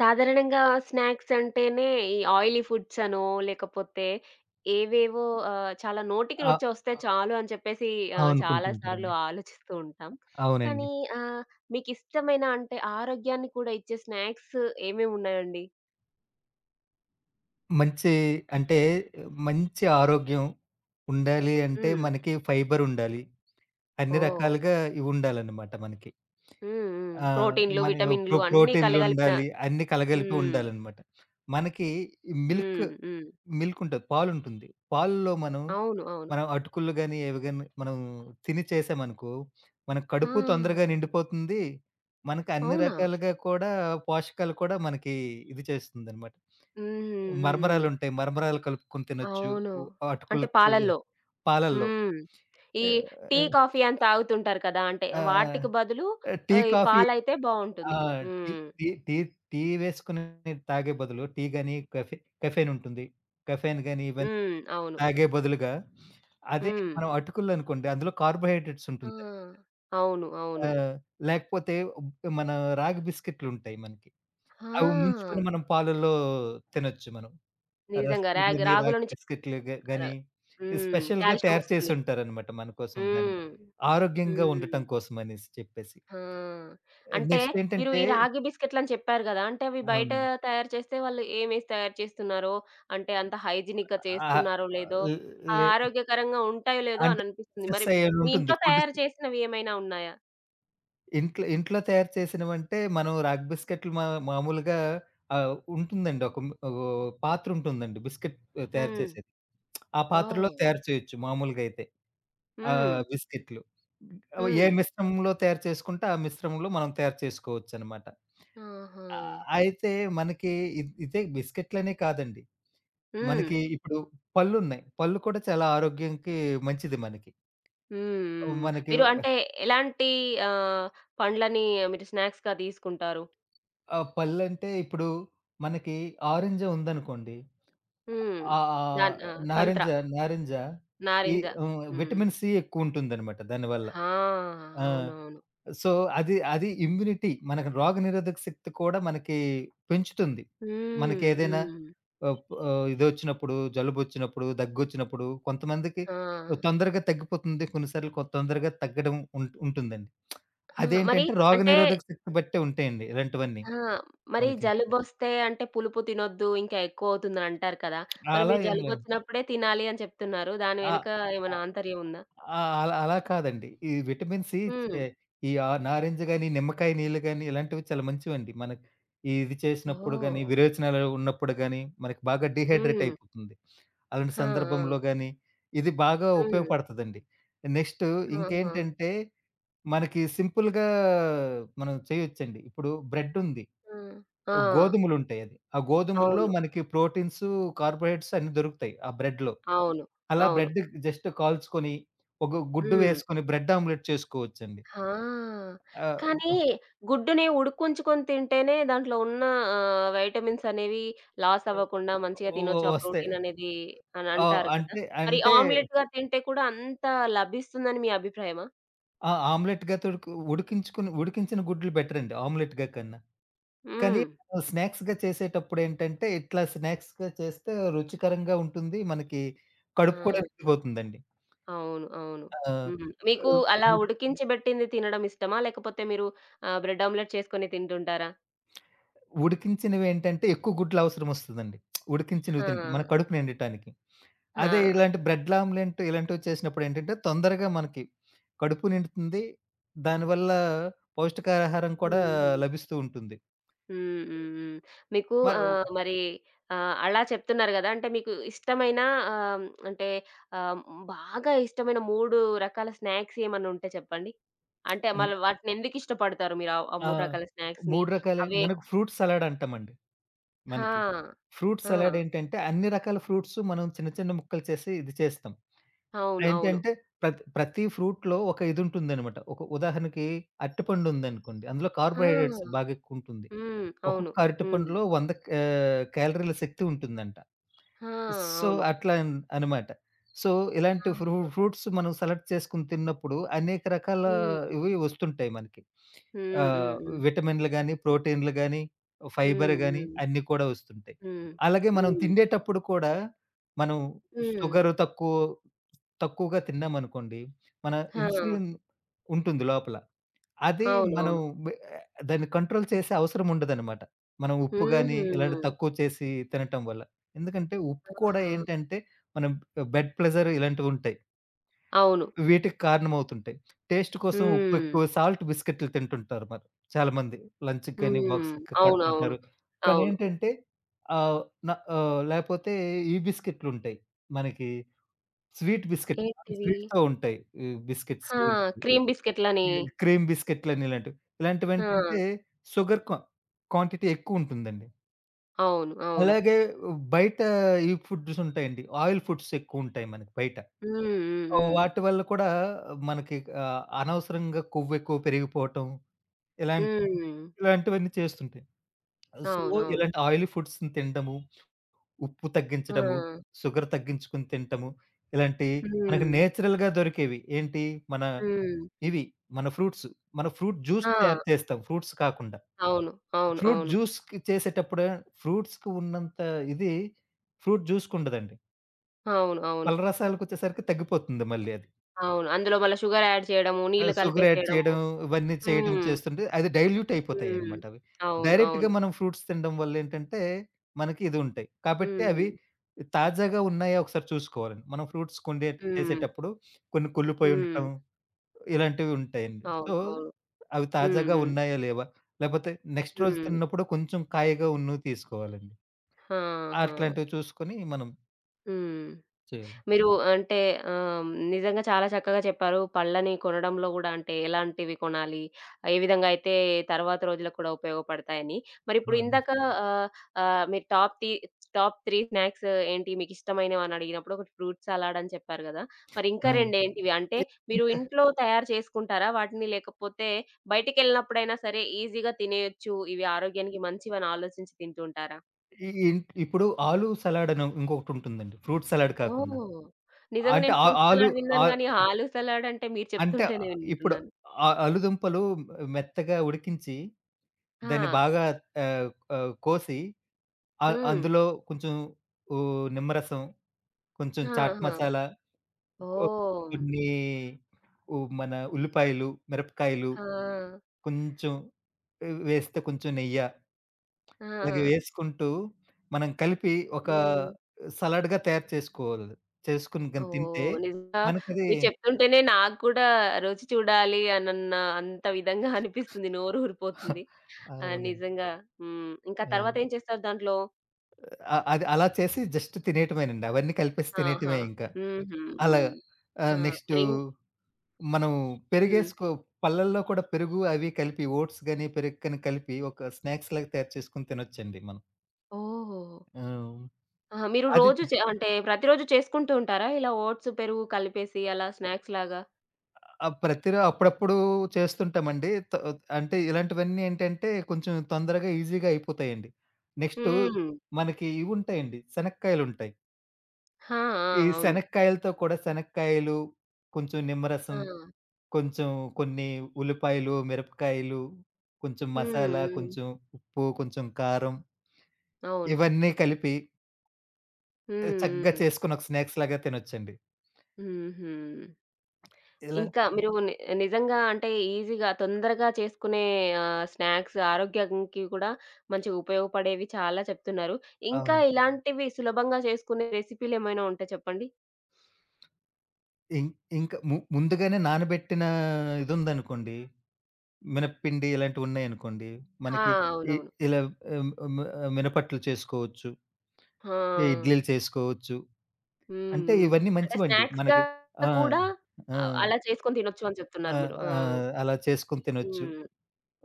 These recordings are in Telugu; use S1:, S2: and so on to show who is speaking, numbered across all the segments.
S1: సాధారణంగా స్నాక్స్ అంటేనే ఈ ఆయిలీ ఫుడ్స్ అనో, లేకపోతే ఏవేవో చాలా నోటికి
S2: ఆ!
S1: రుచొస్తే చాలు అని చెప్పేసి
S2: ఆ!
S1: చాలా సార్లు
S2: అనుకుంటుంటారండి.
S1: ఆలోచిస్తూ ఉంటాం.
S2: అవునండి.
S1: కానీ ఆహ్, మీకిష్టమైన అంటే ఆరోగ్యాన్ని కూడా ఇచ్చే స్నాక్స్ ఏమేమున్నాయండి?
S2: మంచి అంటే మంచి ఆరోగ్యం ఉండాలి అంటే
S1: హ్మ్.
S2: మనకి ఫైబర్ ఉండాలి. అన్ని
S1: ఓహ్!
S2: రకాలుగా ఇవుండాలన్నమాట మనకి.
S1: హ్మ్. హ్మ్.
S2: ఆహ్,
S1: ప్రోటీన్‌లు,
S2: మన
S1: విటమిన్‌లు అన్నీ కలగలిపిన.
S2: ప్రోటీన్‌లుండాలి. అన్నీ కలగలిపి
S1: హ్మ్.
S2: ఉండాలన్నమాట. మనకి మిల్క్
S1: హ్మ్. హ్మ్.
S2: మిల్క్ ఉంటది. పాలుంటుంది. పాలలో మనం,
S1: అవును. అవును.
S2: అటుకులు గాని, ఏవి గాని మనం తిని చేసామనుకో, మన కడుపు తొందరగా
S1: ఆ!
S2: నిండిపోతుంది. మనకు అన్ని
S1: అవునా?
S2: రకాలుగా కూడా పోషకాలు కూడా మనకి ఇది చేస్తుందనమాట.
S1: హ్మ్. హ్మ్.
S2: మరమరాలుంటాయి. మరమరాలు కలుపుకొని తినొచ్చు.
S1: అవును.
S2: ఉ
S1: అంటే
S2: అటుకులు ఇది
S1: పాలల్లో.
S2: పాలల్లో.
S1: హ్మ్. ఈ
S2: ఆహ్,
S1: టీ,
S2: ఆహ్,
S1: కాఫీ అని తాగుతుంటారు కదా! అంటే వాటికి
S2: ఆ!
S1: బదులు
S2: టీ,
S1: ఈ
S2: కాఫీ.
S1: పాలైతే
S2: ఆ!
S1: బావుంటుంది.
S2: టీ
S1: హ్మ్.
S2: టీ టీ టీ వేసుకొని తాగే బదులు టీ గాని, కాఫీ కెఫెయిన్ ఉంటుంది. కెఫెయిన్ గాని ఇవన్నీ
S1: హ్మ్. అవును.
S2: తాగే బదులుగా. అదే
S1: హ్మ్.
S2: మనం అటుకులనుకోండి అందులో కార్బోహైడ్రేట్స్
S1: ఆ!
S2: ఉంటుంది.
S1: అవును. అవును.
S2: ఆహ్, లేకపోతే మన రాగి బిస్కెట్లుంటాయి మనకి. అవి
S1: ఆ!
S2: ముంచుకొని మనం పాలల్లో తినొచ్చు మనం.
S1: నిజంగా
S2: రస్కులు గాని,
S1: రాగుల
S2: రాగి
S1: నుంచి
S2: బిస్కెట్లు
S1: ర
S2: గాని
S1: హ్మ్.
S2: స్పెషల్‌గా
S1: కాల్షియం
S2: తయారు
S1: వస్తుంది.
S2: చేసుంటారనమాట మన కోసం దాన్ని.
S1: హ్మ్.
S2: ఆరోగ్యంగా
S1: హ్మ్. హ్మ్.
S2: ఉండటం కోసం అనేసి చెప్పేసి.
S1: ఆ! అంటే
S2: నెక్స్ట్
S1: మీరు ఈ
S2: ఏంటంటే
S1: రాగి బిస్కెట్‌లని చెప్పారు గదా! అంటే అవి బయట
S2: అవునండి.
S1: తయారు చేస్తే వాళ్ళు ఏమేసి తయారు చేస్తున్నారో, అంటే అంత హైజినిక్‌గా
S2: ఆహ్,
S1: చేస్తున్నారో లేదో,
S2: లే
S1: ఆరోగ్యకరంగా ఉంటాయో లేదో అని
S2: అంటే
S1: అనిపిస్తుంది. మరి
S2: అయ్యి
S1: మీ
S2: ఉంటుంది.
S1: ఇంట్లో
S2: ఫుడ్
S1: తయారు చేసినవి ఏమైనా ఉన్నాయా?
S2: ఇంట్లో ఇంట్లో తయారు చేసినవంటే మనం రాగి బిస్కెట్లు మామూలుగా ఉంటుందండి. ఒక మ్ ఓ పాత్రుంటుందండి బిస్కెట్ తయారు
S1: హ్మ్.
S2: చేసేది. ఆ పాత్రలో
S1: ఓహ్!
S2: తయారు చేయొచ్చు మామూలుగా అయితే.
S1: హ్మ్.
S2: బిస్కెట్లు. అవి ఏ
S1: హ్మ్.
S2: మిశ్రమంలో తయారు చేసుకుంటే ఆ మిశ్రమంలో మనం తయారు చేసుకోవచ్చనమాట.
S1: ఆహా!
S2: అయితే మనకి ఇదే బిస్కెట్లనే కాదండి.
S1: హ్మ్.
S2: మనకి ఇప్పుడు పళ్ళున్నాయి. పళ్ళు కూడా చాలా ఆరోగ్యానికి మంచిది మనకి.
S1: హ్మ్. హ్మ్.
S2: మనకి
S1: మీరు అంటే ఎలాంటి ఆహ్, పండ్లని మీరు స్నాక్స్‌గా తీసుకుంటారు?
S2: పళ్ళంటే ఇప్పుడు మనకి ఆరెంజే ఉందనుకోండి.
S1: హ్మ్.
S2: ఆ!
S1: ఆ! సంత్రా,
S2: నారింజ, నారింజ ఈ
S1: నారింజ.
S2: హ్మ్.
S1: హ్మ్.
S2: విటమిన్ సి ఎక్కువుంటుందనమాట దానివల్ల.
S1: ఆ!
S2: ఆ!
S1: అవునవును.
S2: సో, అది అది ఇమ్యూనిటీ మనకు రోగనిరోధక శక్తి కూడా మనకి పెంచుతుంది.
S1: హ్మ్.
S2: మనకేదైనా
S1: హ్మ్.
S2: ఇదొచ్చినప్పుడు, జలుబొచ్చినప్పుడు, దగ్గొచ్చినప్పుడు కొంతమందికి
S1: ఆ!
S2: తొందరగా తగ్గిపోతుంది. కొన్నిసార్లు తొందరగా తగ్గడం ఉంటుందండి.
S1: ఆ! మరి
S2: అదేంటంటే
S1: అంటే
S2: రోగనిరోధక శక్తి బట్టే ఉంటాయండి ఇలాంటివన్నీ
S1: ఆ! మరి
S2: మనకి.
S1: జలుబొస్తే అంటే పులుపు తినొద్దు ఇంకా ఎక్కువవుతుందని అంటారు కదా! మరి
S2: అలా
S1: మీరు
S2: ఏం లేవు.
S1: జలుబొచ్చినప్పుడే తినాలి అని చెప్తున్నారు. దాని
S2: ఆ!
S1: వెనుక
S2: ఆ!
S1: ఏమైనా ఆంతర్యం ఉందా?
S2: ఆ! అలా అలా కాదండి. ఈ విటమిన్ సి
S1: హ్మ్.
S2: ఎ ఈ ఆ నారింజ గాని, నిమ్మకాయ నీళ్ళు గాని ఇలాంటివి చాలా మంచివండి. మనకి ఇది చేసినప్పుడు గాని,
S1: ఓహ్!
S2: విరేచనాలు ఉన్నప్పుడు గాని, మనకి బాగా డీహైడ్రేట్
S1: హ్మ్.
S2: అయిపోతుంది. అలాంటి
S1: ఆ! ఆ!
S2: సందర్భంలో గాని, ఇది బాగా
S1: హ్మ్.
S2: ఉపయోగపడతదండి. నెక్స్ట్
S1: ఆహా!
S2: ఇంకేంటంటే, మనకి సింపుల్‌గా మనం చేయొచ్చండి. ఇప్పుడు బ్రెడ్ ఉంది.
S1: ఆ! ఆ!
S2: గోధుమలుంటాయి అది. ఆ గోధుమల్లో
S1: అవును.
S2: మనకి ప్రోటీన్స్, కార్బోహైడ్రేట్స్ అన్నీ దొరుకుతాయి ఆ బ్రెడ్‌లో.
S1: అవును.
S2: అలా
S1: అవును.
S2: బ్రెడ్ జస్ట్ కాల్చుకొని, ఒక గుడ్డు
S1: హ్మ్.
S2: వేసుకొని బ్రెడ్ ఆమ్లెట్ చేసుకోవచ్చండి.
S1: ఆ!
S2: ఆహ్,
S1: కానీ గుడ్డుని ఉడుకించుకొని తింటేనే దాంట్లో ఉన్న వైటమిన్స్ అనేవి లాస్ అవ్వకుండా మంచిగా
S2: ఓ
S1: తినొచ్చు. ఆ
S2: వస్తాయి.
S1: ప్రోటీన్ అనేది అని
S2: ఆ!
S1: అంటారు కదా! మరి
S2: అంటే
S1: ఆమ్లెట్‌గా తింటే కూడా అంత లభిస్తుందని మీ అభిప్రాయమా?
S2: ఆ! ఆమ్లెట్‌గా తుడుకు ఉడికించుకుని ఉడికించిన గుడ్లు బెటర్ అండి ఆమ్లెట్‌గా కన్నా. కానీ
S1: హ్మ్.
S2: స్నాక్స్‌గా చేసేటప్పుడు ఏంటంటే, ఇట్లా స్నాక్స్‌గా చేస్తే రుచికరంగా ఉంటుంది. మనకి కడుపు కూడా
S1: ఆ!
S2: నిండిపోతుందండి.
S1: అవును. అవును.
S2: ఆ!
S1: హ్మ్. మీకు
S2: ఆహ్,
S1: అలా ఉడికించి బెట్టింది తినడం ఇష్టమా? లేకపోతే మీరు బ్రెడ్ ఆమ్లెట్ చేసుకొని తింటుంటారా?
S2: ఉడికించినవి ఏంటంటే ఎక్కువ గుడ్లు అవసరం వస్తదండి. ఉడికించినవి తింటే మన
S1: ఆ!
S2: కడుపు నిండటానికి. అదే
S1: ఆ!
S2: ఇలాంటి బ్రెడ్ ఆమ్లెట్ ఇలాంటివి చేసినప్పుడు ఏంటంటే, తొందరగా మనకి కడుపు నిండుతుంది. దానివల్ల పౌష్టికాహారం కూడా
S1: హుహు.
S2: లభిస్తూ ఉంటుంది.
S1: హ్మ్. హ్మ్. హ్మ్. మీకు
S2: మరి
S1: మరి అలా చెప్తున్నారు గదా! అంటే మీకు ఇష్టమైన అంటే ఆహ్, బాగా ఇష్టమైన 3 రకాల స్నాక్స్ ఏమన్నా ఉంటే చెప్పండి? అంటే
S2: హ్మ్.
S1: మళ్ళ వాటిని ఎందుకు ఇష్టపడతారు మీరు ఆ
S2: ఆ!
S1: 3 రకాల స్నాక్స్‌ని?
S2: 3 రకాలే
S1: అవే
S2: మనకు ఫ్రూట్ సలాడ్ అంటామండి మనకి.
S1: ఆ!
S2: ఫ్రూట్
S1: ఆ!
S2: సలాడ్ ఏంటంటే, అన్ని రకాల ఫ్రూట్స్ మనం చిన్న చిన్న ముక్కలు చేసి ఇది చేస్తాం.
S1: అవును. అవును.
S2: ఏంటంటే, ప్రతి ప్రతి ఫ్రూట్‌లో ఒక ఇది ఉంటుందనమాట. ఒక ఉదాహరణకి అరటిపండు ఉందనుకోండి. అందులో
S1: ఆ!
S2: కార్బోహైడ్రేట్స్ బాగా ఎక్కువ ఉంటుంది.
S1: హ్మ్. అవును.
S2: ఒక్కొక్క
S1: హ్మ్.
S2: అరటిపండులో 100 క్యాలరీల శక్తి ఉంటుందంట.
S1: ఆ!
S2: సో,
S1: అవును.
S2: అట్లా అనమాట. సో, ఇలాంటి
S1: ఆ!
S2: ఫ్రూట్స్ మనం సెలెక్ట్ చేసుకొని తిన్నప్పుడు అనేక రకాల
S1: హ్మ్.
S2: ఇవి వస్తుంటాయి మనకి.
S1: హ్మ్.
S2: ఆహ్,
S1: హ్మ్.
S2: విటమిన్‌లు గాని, ప్రోటీన్‌లు గాని, ఫైబర్
S1: హ్మ్.
S2: గాని
S1: హ్మ్.
S2: అన్నీ కూడా వస్తుంటాయి.
S1: హ్మ్.
S2: అలాగే
S1: హ్మ్.
S2: మనం
S1: హ్మ్.
S2: తిండేటప్పుడు కూడా మనం
S1: హ్మ్.
S2: షుగర్ తక్కువగా తిన్నామనుకోండి, మన
S1: ఆ!
S2: ఇన్సులిన్ ఉంటుంది లోపల. అది మనం
S1: అవునవును.
S2: వె ఆహ్, దాన్ని కంట్రోల్ చేసే అవసరం ఉండదనమాట. మనం ఉప్పు గాని,
S1: హుహు.
S2: ఇలాంటివి తక్కువ చేసి తినటం వల్ల. ఎందుకంటే ఉప్పు కూడా
S1: ఆహా!
S2: ఏంటంటే, మనం బెడ్ ప్లెజర్ ఇలాంటివుంటాయి.
S1: అవును.
S2: వీటికి కారణమవుతుంటాయి. టేస్ట్ కోసం ఉప్పు
S1: హ్మ్.
S2: ఎక్కువ సాల్ట్ బిస్కెట్‌లు తింటుంటారు మరి చాలామంది. లంచ్‌కి గాని,
S1: హ్మ్.
S2: బాక్స్‌కి
S1: అవునవును.
S2: కడుతుంటారు. కానీ
S1: అవును.
S2: ఏంటంటే ఆహ్, న లేపోతే ఈ బిస్కెట్‌లుంటాయి. మనకి స్వీట్ బిస్కెట్
S1: ఏంటివి?
S2: స్వీట్‌తో ఉంటాయి. ఈ బిస్కెట్స్
S1: ఆ! క్రీమ్ బిస్కెట్‌లని.
S2: ఈ క్రీమ్ బిస్కెట్‌లని ఇలాంటివి.
S1: ఆ!
S2: ఇలాంటివేంటంటే షుగర్ క్వాంటిటీ ఎక్కువుంటుందండి.
S1: అవును. అవును.
S2: అలాగే బయట ఈ ఫుడ్స్ ఉంటాయండి. ఆయిల్ ఫుడ్స్ ఎక్కువుంటాయి మనకి బయట.
S1: హ్మ్. హ్మ్.
S2: వాటి వల్ల కూడా మనకి అనవసరంగా కొవ్వెక్కువ పెరిగిపోవటం, ఇలాంటి
S1: హ్మ్. హ్మ్.
S2: ఇలాంటివన్నీ చేస్తుంటాయి. సో,
S1: అవునవును.
S2: ఇలాంటి ఆయిలీ ఫుడ్స్‌ని తినడము, ఉప్పు
S1: ఆ!
S2: తగ్గించడము, షుగర్ తగ్గించుకొని తినటము, ఇలాంటి మనకి
S1: హ్మ్.
S2: నేచురల్‌గా దొరికేవి. ఏంటి మన
S1: హ్మ్.
S2: ఇవి మన ఫ్రూట్స్. మన ఫ్రూట్ జ్యూస్
S1: ఆ!
S2: తయారు చేస్తాం ఫ్రూట్స్ కాకుండా.
S1: అవును. అవును.
S2: ఫ్రూట్
S1: అవును.
S2: జ్యూస్‌కి చేసేటప్పుడు ఫ్రూట్స్‌కి ఉన్నంత ఇది ఫ్రూట్ జ్యూస్‌కుండదండి.
S1: అవును. అవును.
S2: పలరసాలకొచ్చేసరికి తగ్గిపోతుంది మళ్ళీ అది.
S1: అవును. అందులో మళ్ళా షుగర్ యాడ్ చేయడము, నీళ్ళు
S2: షుగర్ యాడ్
S1: కలిపేసేయడము.
S2: చేయడం ఇవన్నీ చేయడం
S1: హ్మ్.
S2: చేస్తుంటే అది డైల్యూట్
S1: హ్మ్.
S2: అయిపోతాయన్నమాట అవి.
S1: అవును.
S2: డైరెక్ట్‌గా
S1: అవును.
S2: మనం ఫ్రూట్స్ తినడం వల్లేంటంటే మనకి ఇది ఉంటాయి. కాబట్టి
S1: హుహు.
S2: అవి తాజాగా ఉన్నాయా ఒకసారి చూసుకోవాలండి. మనం ఫ్రూట్స్ కొండే
S1: హ్మ్.
S2: చేసేటప్పుడు కొన్ని కుళ్ళిపోయి
S1: హ్మ్.
S2: ఉండటం ఇలాంటివి ఉంటాయండి.
S1: అవును.
S2: సో,
S1: అవును.
S2: అవి
S1: హ్మ్.
S2: తాజాగా
S1: హ్మ్.
S2: ఉన్నాయా లేవా? లేపోతే నెక్స్ట్ రోజు
S1: హ్మ్.
S2: తిన్నప్పుడు కొంచెం కాయగా ఉన్నవి తీసుకోవాలండి.
S1: ఆహా!
S2: అట్లాంటివి చూసుకొని మనం
S1: హ్మ్.
S2: చేయాలి.
S1: మీరు అంటే ఆహ్, నిజంగా చాలా చక్కగా చెప్పారు. పళ్ళని కొనడంలో గూడా అంటే ఎలాంటివి కొనాలి? ఏ విధంగా అయితే తర్వాత రోజులకు కూడా ఉపయోగపడతాయని. మరిప్పుడు
S2: అవునండి.
S1: ఇందాక ఆహ్, మీరు టాప్ 3 స్నాక్స్ ఏంటి మీకిష్టమైనవి అని అడిగినప్పుడు ఒకటి ఫ్రూట్ సలాడ్ అని చెప్పారు గదా! మరి ఇంకా
S2: ఆ!
S1: 2 ఏంటివి? అంటే
S2: ఇ
S1: మీరు
S2: ఇంకా
S1: ఇంట్లో తయారు చేసుకుంటారా వాటిని? లేకపోతే బయటికెళ్ళినప్పుడైనా సరే ఈజీగా తినేయొచ్చు, ఇవి ఆరోగ్యానికి మంచివని ఆలోచించి తింటూ ఉంటారా?
S2: ఈ ఇన్ ఇప్పుడు ఆలు సలాడ్ అని ఇంకొకటుంటుందండి. ఫ్రూట్ సలాడ్ కాకుండా.
S1: ఓహ్! నిజంగా
S2: అంటే
S1: నేను
S2: ఆ
S1: ఫ్రూట్
S2: ఆలు
S1: సలాడ్ విన్నాను
S2: ఆహ్,
S1: గానీ, ఆలు సలాడ్ అంటే మీరు
S2: అంటే
S1: చెప్తుంటేనే
S2: ఇప్పుడు
S1: వింటున్నాను.
S2: ఆ ఆలుదుంపలు మెత్తగా ఉడికించి,
S1: ఆ!
S2: దాన్ని బాగా ఆహ్, ఆహ్, కోసి
S1: హ్మ్.
S2: అందులో కొంచెం ఓ నిమ్మరసం, కొంచెం చాట్
S1: ఆహా!
S2: మసాలా కొ
S1: ఓహ్!
S2: కొన్ని మన ఉల్లిపాయలు, మిరపకాయలు
S1: ఆ!
S2: కొంచెం వేస్తే కొంచెం నెయ్య
S1: ఆ!
S2: ఇలాగ వేసుకుంటూ మనం కలిపి ఒక
S1: హ్మ్.
S2: సలాడ్‌గా తయారు చేసుకోవాలి. చేసుకొని గాని తింటే
S1: ఓహ్! నిజంగా
S2: మనకది
S1: మీరు చెప్తుంటేనే నాకు కూడా రుచి చూడాలి అనన్న అంత విధంగా అనిపిస్తుంది. నోరు ఊరిపోతుంది. ఆ!
S2: అవునండి.
S1: నిజంగా. హ్మ్. ఇంకా
S2: ఆ!
S1: తర్వాత ఏం చేస్తారు దాంట్లో?
S2: అది అలా చేసి జస్ట్ తినేయటమేనండి. అవన్నీ కలిపేసి
S1: ఆహా!
S2: తినేయటమే ఇంకా.
S1: హుహు.
S2: అలా
S1: హ్మ్. ఆ!
S2: నెక్స్టు
S1: మరిం
S2: మనం
S1: హ్మ్.
S2: పెరుగేసుకో పళ్ళల్లో కూడా పెరుగు అవి కలిపి ఓట్స్ గాని, పెరుగు గాని కలిపి ఒక స్నాక్స్ లాగా తయారు చేసుకొని తినొచ్చండి మనం.
S1: ఓహ్!
S2: ఆ!
S1: ఆహా! మీరు
S2: అది
S1: రోజు అంటే ప్రతిరోజు చేసుకుంటూ ఉంటారా? ఇలా ఓట్స్, పెరుగు కలిపేసి అలా స్నాక్స్ లాగా?
S2: ఆహ్, ప్రతిరో అప్పుడప్పుడు చేస్తుంటామండి. అంటే ఇలాంటివన్నీ ఏంటంటే కొంచెం తొందరగా ఈజీగా అయిపోతాయండి. నెక్స్టు
S1: హ్మ్.
S2: మనకి ఇవుంటాయండి, శనక్కాయలుంటాయి.
S1: ఆ! ఆ!
S2: ఈ
S1: అవును.
S2: శనక్కాయలతో కూడా శనక్కాయలు, కొంచెం
S1: ఆ!
S2: నిమ్మరసం, కొంచెం కొన్ని ఉల్లిపాయలు, మిరపకాయలు, కొంచెం
S1: హ్మ్.
S2: మసాలా,
S1: హ్మ్.
S2: కొంచెం ఉప్పు, కొంచెం కారం
S1: అవును.
S2: ఇవన్నీ కలిపి
S1: హ్మ్.
S2: చక్కగా
S1: హ్మ్.
S2: చేసుకొని ఒక స్నాక్స్ లాగా తినొచ్చండి.
S1: హుహు.
S2: ఇలా
S1: ఇంకా మీరు నిజంగా అంటే ఈజీగా తొందరగా చేసుకునే స్నాక్స్ ఆరోగ్యానికి కూడా మంచిగా ఉపయోగపడేవి చాలా చెప్తున్నారు. ఇంకా
S2: అవునండి.
S1: ఇలాంటివి సులభంగా చేసుకునే రెసిపీలేమైనా ఉంటే చెప్పండి?
S2: ఇం ఇంక ముందుగానే నానబెట్టిన ఇదుందనుకోండి, మినప్పిండి ఇలాంటివున్నాయనుకోండి,
S1: ఆ!
S2: మనకి ఇ
S1: అవునవును.
S2: ఇలా ఆహ్, మి మినపట్లు చేసుకోవచ్చు,
S1: ఆ!
S2: ఈ ఇడ్లీలు చేసుకోవచ్చు.
S1: హ్మ్.
S2: అంటే
S1: హ్మ్.
S2: ఇవన్నీ
S1: అంటే
S2: మంచివండి.
S1: స్నాక్స్‌గా
S2: మనకి ఆ!
S1: కూడా
S2: ఆ!
S1: అలా చేసుకొని తినొచ్చు అని
S2: ఆ!
S1: చెప్తున్నారు మీరు. ఆ!
S2: ఆ! అలా చేసుకొని తినొచ్చు.
S1: హ్మ్.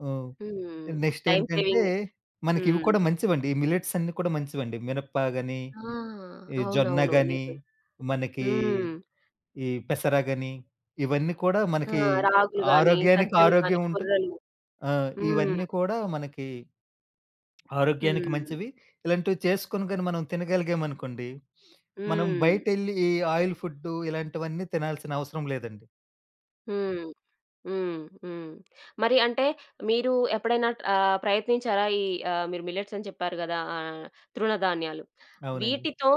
S2: హ్మ్.
S1: హ్మ్.
S2: నెక్స్ట్
S1: టైమ్
S2: ఏంటంటే,
S1: సేవింగ్.
S2: మనకివి
S1: హ్మ్.
S2: కూడా మంచివండి. ఈ మిల్లెట్స్ అన్నీ కూడా మంచివండి. మినప్ప గాని,
S1: ఆ!
S2: ఈ జొన్న
S1: అవునవును.
S2: గాని,
S1: నిజం.
S2: మనకి
S1: హ్మ్.
S2: ఈ పెసరగని, ఇవన్నీ కూడా
S1: ఆ!
S2: మనకి
S1: రాగులు గాని,
S2: ఆరోగ్యానికి
S1: సజ్జలు గాని,
S2: ఆరోగ్యం
S1: కొర్రలు.
S2: ఆ!
S1: హ్మ్.
S2: ఇవన్నీ కూడా మనకి ఆరోగ్యానికి
S1: హ్మ్.
S2: మంచివి. ఇలాంటివి చేసుకొని గాని మనం తినగలిగామనుకోండి, మనం
S1: హ్మ్.
S2: బయటెళ్ళి ఈ ఆయిల్ ఫుడ్డు ఇలాంటివన్నీ తినాల్సిన అవసరం లేదండి.
S1: హ్మ్. హ్మ్. హ్మ్. మరి అంటే మీరు ఎప్పుడైనా ప్రయత్నించారా? ఈ మీరు మిల్లెట్స్ అని చెప్పారు గదా! తృణధాన్యాలు.
S2: అవునండి.
S1: వీటితో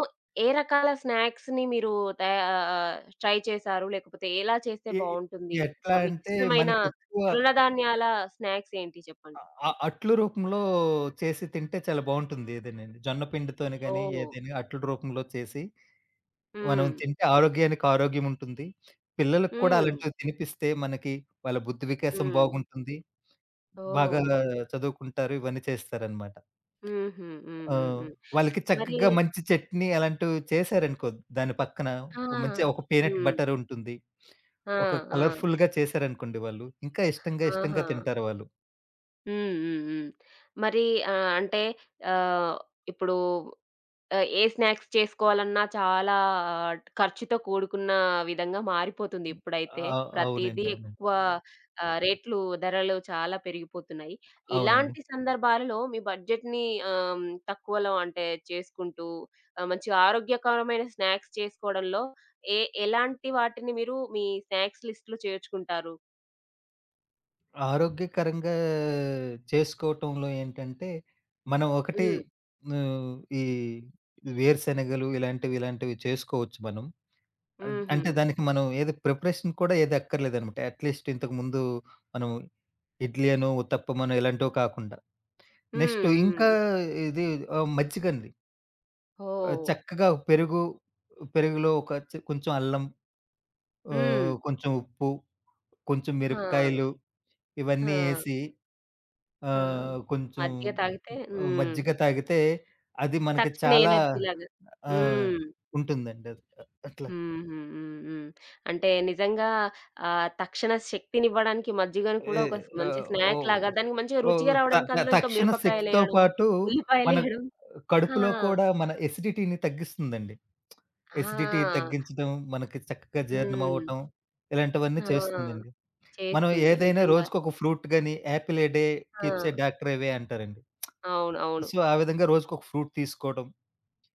S1: ఏ రకాల స్నాక్స్‌ని మీరు ట్రై చేశారు? లేకపోతే ఎలా చేస్తే
S2: ఎ
S1: బావుంటుంది?
S2: ఎట్లా అంటే
S1: మీకిష్టమైన
S2: మనకెక్కువ
S1: తృణధాన్యాల స్నాక్స్ ఏంటి చెప్పండి?
S2: అట్ల రూపంలో చేసి తింటే చాలా బావుంటుంది ఏదైనండి. జొన్న పిండితోని గాని,
S1: ఓహ్!
S2: ఏదైనా అట్ల రూపంలో చేసి మనం
S1: హ్మ్.
S2: తింటే ఆరోగ్యానికి ఆరోగ్యం ఉంటుంది. పిల్లలకు కూడా
S1: హ్మ్.
S2: అలాంటివి తినిపిస్తే మనకి వాళ్ళ బుద్ధి వికాసం
S1: హ్మ్.
S2: బాగుంటుంది. బాగా
S1: ఓహ్!
S2: చదువుకుంటారు. ఇవన్నీ చేస్తారనమాట.
S1: హుహు. హ్మ్.
S2: ఆ!
S1: హ్మ్. హ్మ్.
S2: వాళ్ళకి
S1: మరి
S2: చక్కగా మంచి చట్నీ అలాంటివి చేశారనుకో దాని పక్కన
S1: ఆ!
S2: మంచి ఒక పీనట్
S1: హ్మ్.
S2: బటర్ ఉంటుంది.
S1: ఆ!
S2: ఒక
S1: ఆ!
S2: కలర్‌ఫుల్‌గా చేశారనుకోండి వాళ్ళు, ఇంకా ఇష్టంగా, ఇష్టంగా
S1: ఆహా!
S2: తింటారు వాళ్ళు.
S1: హ్మ్. హ్మ్. హ్మ్. మరి అంటే ఆహ్, ఇప్పుడు ఏ స్నాక్స్ చేసుకోవాలన్నా చాలా ఆ, ఖర్చుతో కూడుకున్న విధంగా మారిపోతుంది
S2: హ్మ్.
S1: ఇప్పుడైతే.
S2: ఆ!
S1: ప్రతీదీ
S2: అవునండి. అవునండి.
S1: ఎక్కువ రేట్లు, ధరలు చాలా పెరిగిపోతున్నాయి.
S2: అవునండి.
S1: ఇలాంటి సందర్భాలలో మీ బడ్జెట్‌ని ఆహ్, తక్కువలో అంటే చేసుకుంటూ మంచి ఆరోగ్యకరమైన స్నాక్స్ చేసుకోవడంలో ఏ ఎలాంటి వాటిని మీరు మీ స్నాక్స్ లిస్ట్‌లో చేర్చుకుంటారు?
S2: ఆరోగ్యకరంగా చేసుకోవటంలో ఏంటంటే, మనం ఒకటి
S1: హ్మ్.
S2: ఈ వేరుశెనగలు ఇలాంటివి, చేసుకోవచ్చు మనం.
S1: హుహు.
S2: అంటే దానికి మనం ఏది ప్రిపరేషన్ కూడా ఏది అక్కర్లేదనమాట. అట్‌లీస్ట్ ఇంతకుముందు మనం ఇడ్లీ అనో, ఉత్తప్పమనో ఇలాంటివి కాకుండా. నెక్స్ట్
S1: హ్మ్. హ్మ్.
S2: ఇంకా ఇది మజ్జిగండి.
S1: ఓహ్!
S2: చక్కగా పెరుగు, పెరుగులో ఒక కొంచెం అల్లం,
S1: హ్మ్.
S2: కొంచెం ఉప్పు, కొంచెం
S1: ఆ!
S2: మిరపకాయలు
S1: ఆ!
S2: ఇవన్నీ ఏసి
S1: ఆ!
S2: కొంచెం
S1: మజ్జిగ తాగితే హ్మ్.
S2: మజ్జిగ తాగితే అది మనకి
S1: తక్షణ
S2: చాలా
S1: ఎనర్జీలాగా.
S2: ఆ!
S1: హ్మ్.
S2: ఉంటుందండి అది. అట్లా
S1: హ్మ్. హ్మ్. హ్మ్. హ్మ్. అంటే నిజంగా తక్షణ శక్తినివ్వడానికి మజ్జిగను కూడా
S2: ఏ
S1: ఒక మంచి
S2: ఆహ్,
S1: స్నాక్
S2: ఓహ్!
S1: లాగా దానికి మంచిగా
S2: ఓహ్!
S1: రుచిగా
S2: త
S1: రావడానికి
S2: త
S1: అందులో ఇంకా అవును.
S2: తక్షణ శక్తితో
S1: మిరపకాయలేయడం,
S2: పాటు మన
S1: ఉల్లిపాయలేయడం ఆ!
S2: కడుపులో కూడా మన ఎసిడిటీని తగ్గిస్తుందండి. ఎసిడిటీ
S1: ఆ!
S2: తగ్గించడం, మనకి చక్కగా జీర్ణం
S1: హ్మ్.
S2: అవ్వటం ఇలాంటివన్నీ చేస్తుందండి.
S1: ఆ!
S2: మనం
S1: చేస్తుంది
S2: ఏదైనా
S1: నిజంగా.
S2: రోజుకొక ఫ్రూట్ గాని, యాపిల్ ఏ డే
S1: ఆ!
S2: కీప్స్ ఎ డాక్టర్ అవే అంటారండి.
S1: అవును. అవును.
S2: సో, ఆ విధంగా రోజుకొక ఫ్రూట్ తీసుకోవడం.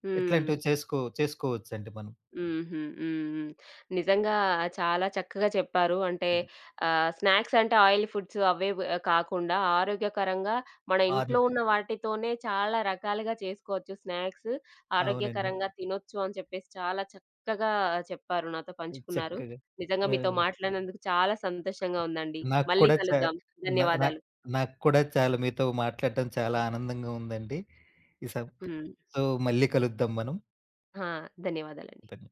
S1: హ్మ్.
S2: ఇట్లాంటివి చేసుకోవచ్చండి మనం.
S1: హుహు. హ్మ్. హ్మ్. నిజంగా చాలా చక్కగా చెప్పారు. అంటే
S2: హ్మ్.
S1: స్నాక్స్ అంటే ఆయిల్ ఫుడ్స్ అవే కాకుండా ఆరోగ్యకరంగా మన
S2: ఆరు
S1: ఇంట్లో ఉన్న వాటితోనే చాలా రకాలుగా చేసుకోవచ్చు స్నాక్స్.
S2: అవునండి.
S1: ఆరోగ్యకరంగా తినొచ్చు అని చెప్పేసి చాలా చక్కగా చెప్పారు. నాతో పంచుకున్నారు.
S2: చక్కగా.
S1: నిజంగా మీతో
S2: ఆహ్,
S1: మాట్లాడినందుకు చాలా సంతోషంగా ఉందండి.
S2: నాకు
S1: మళ్ళీ
S2: కూడా చా
S1: కలుద్దాం.
S2: నా నా
S1: ధన్యవాదాలు.
S2: నాకు కూడా చాలా మీతో మాట్లాడటం చాలా ఆనందంగా ఉందండి. ఈ సం
S1: హ్మ్.
S2: సో, మళ్ళీ కలుద్దాం మనం.
S1: ఆ! ధన్యవాదాలండి.
S2: ధన్య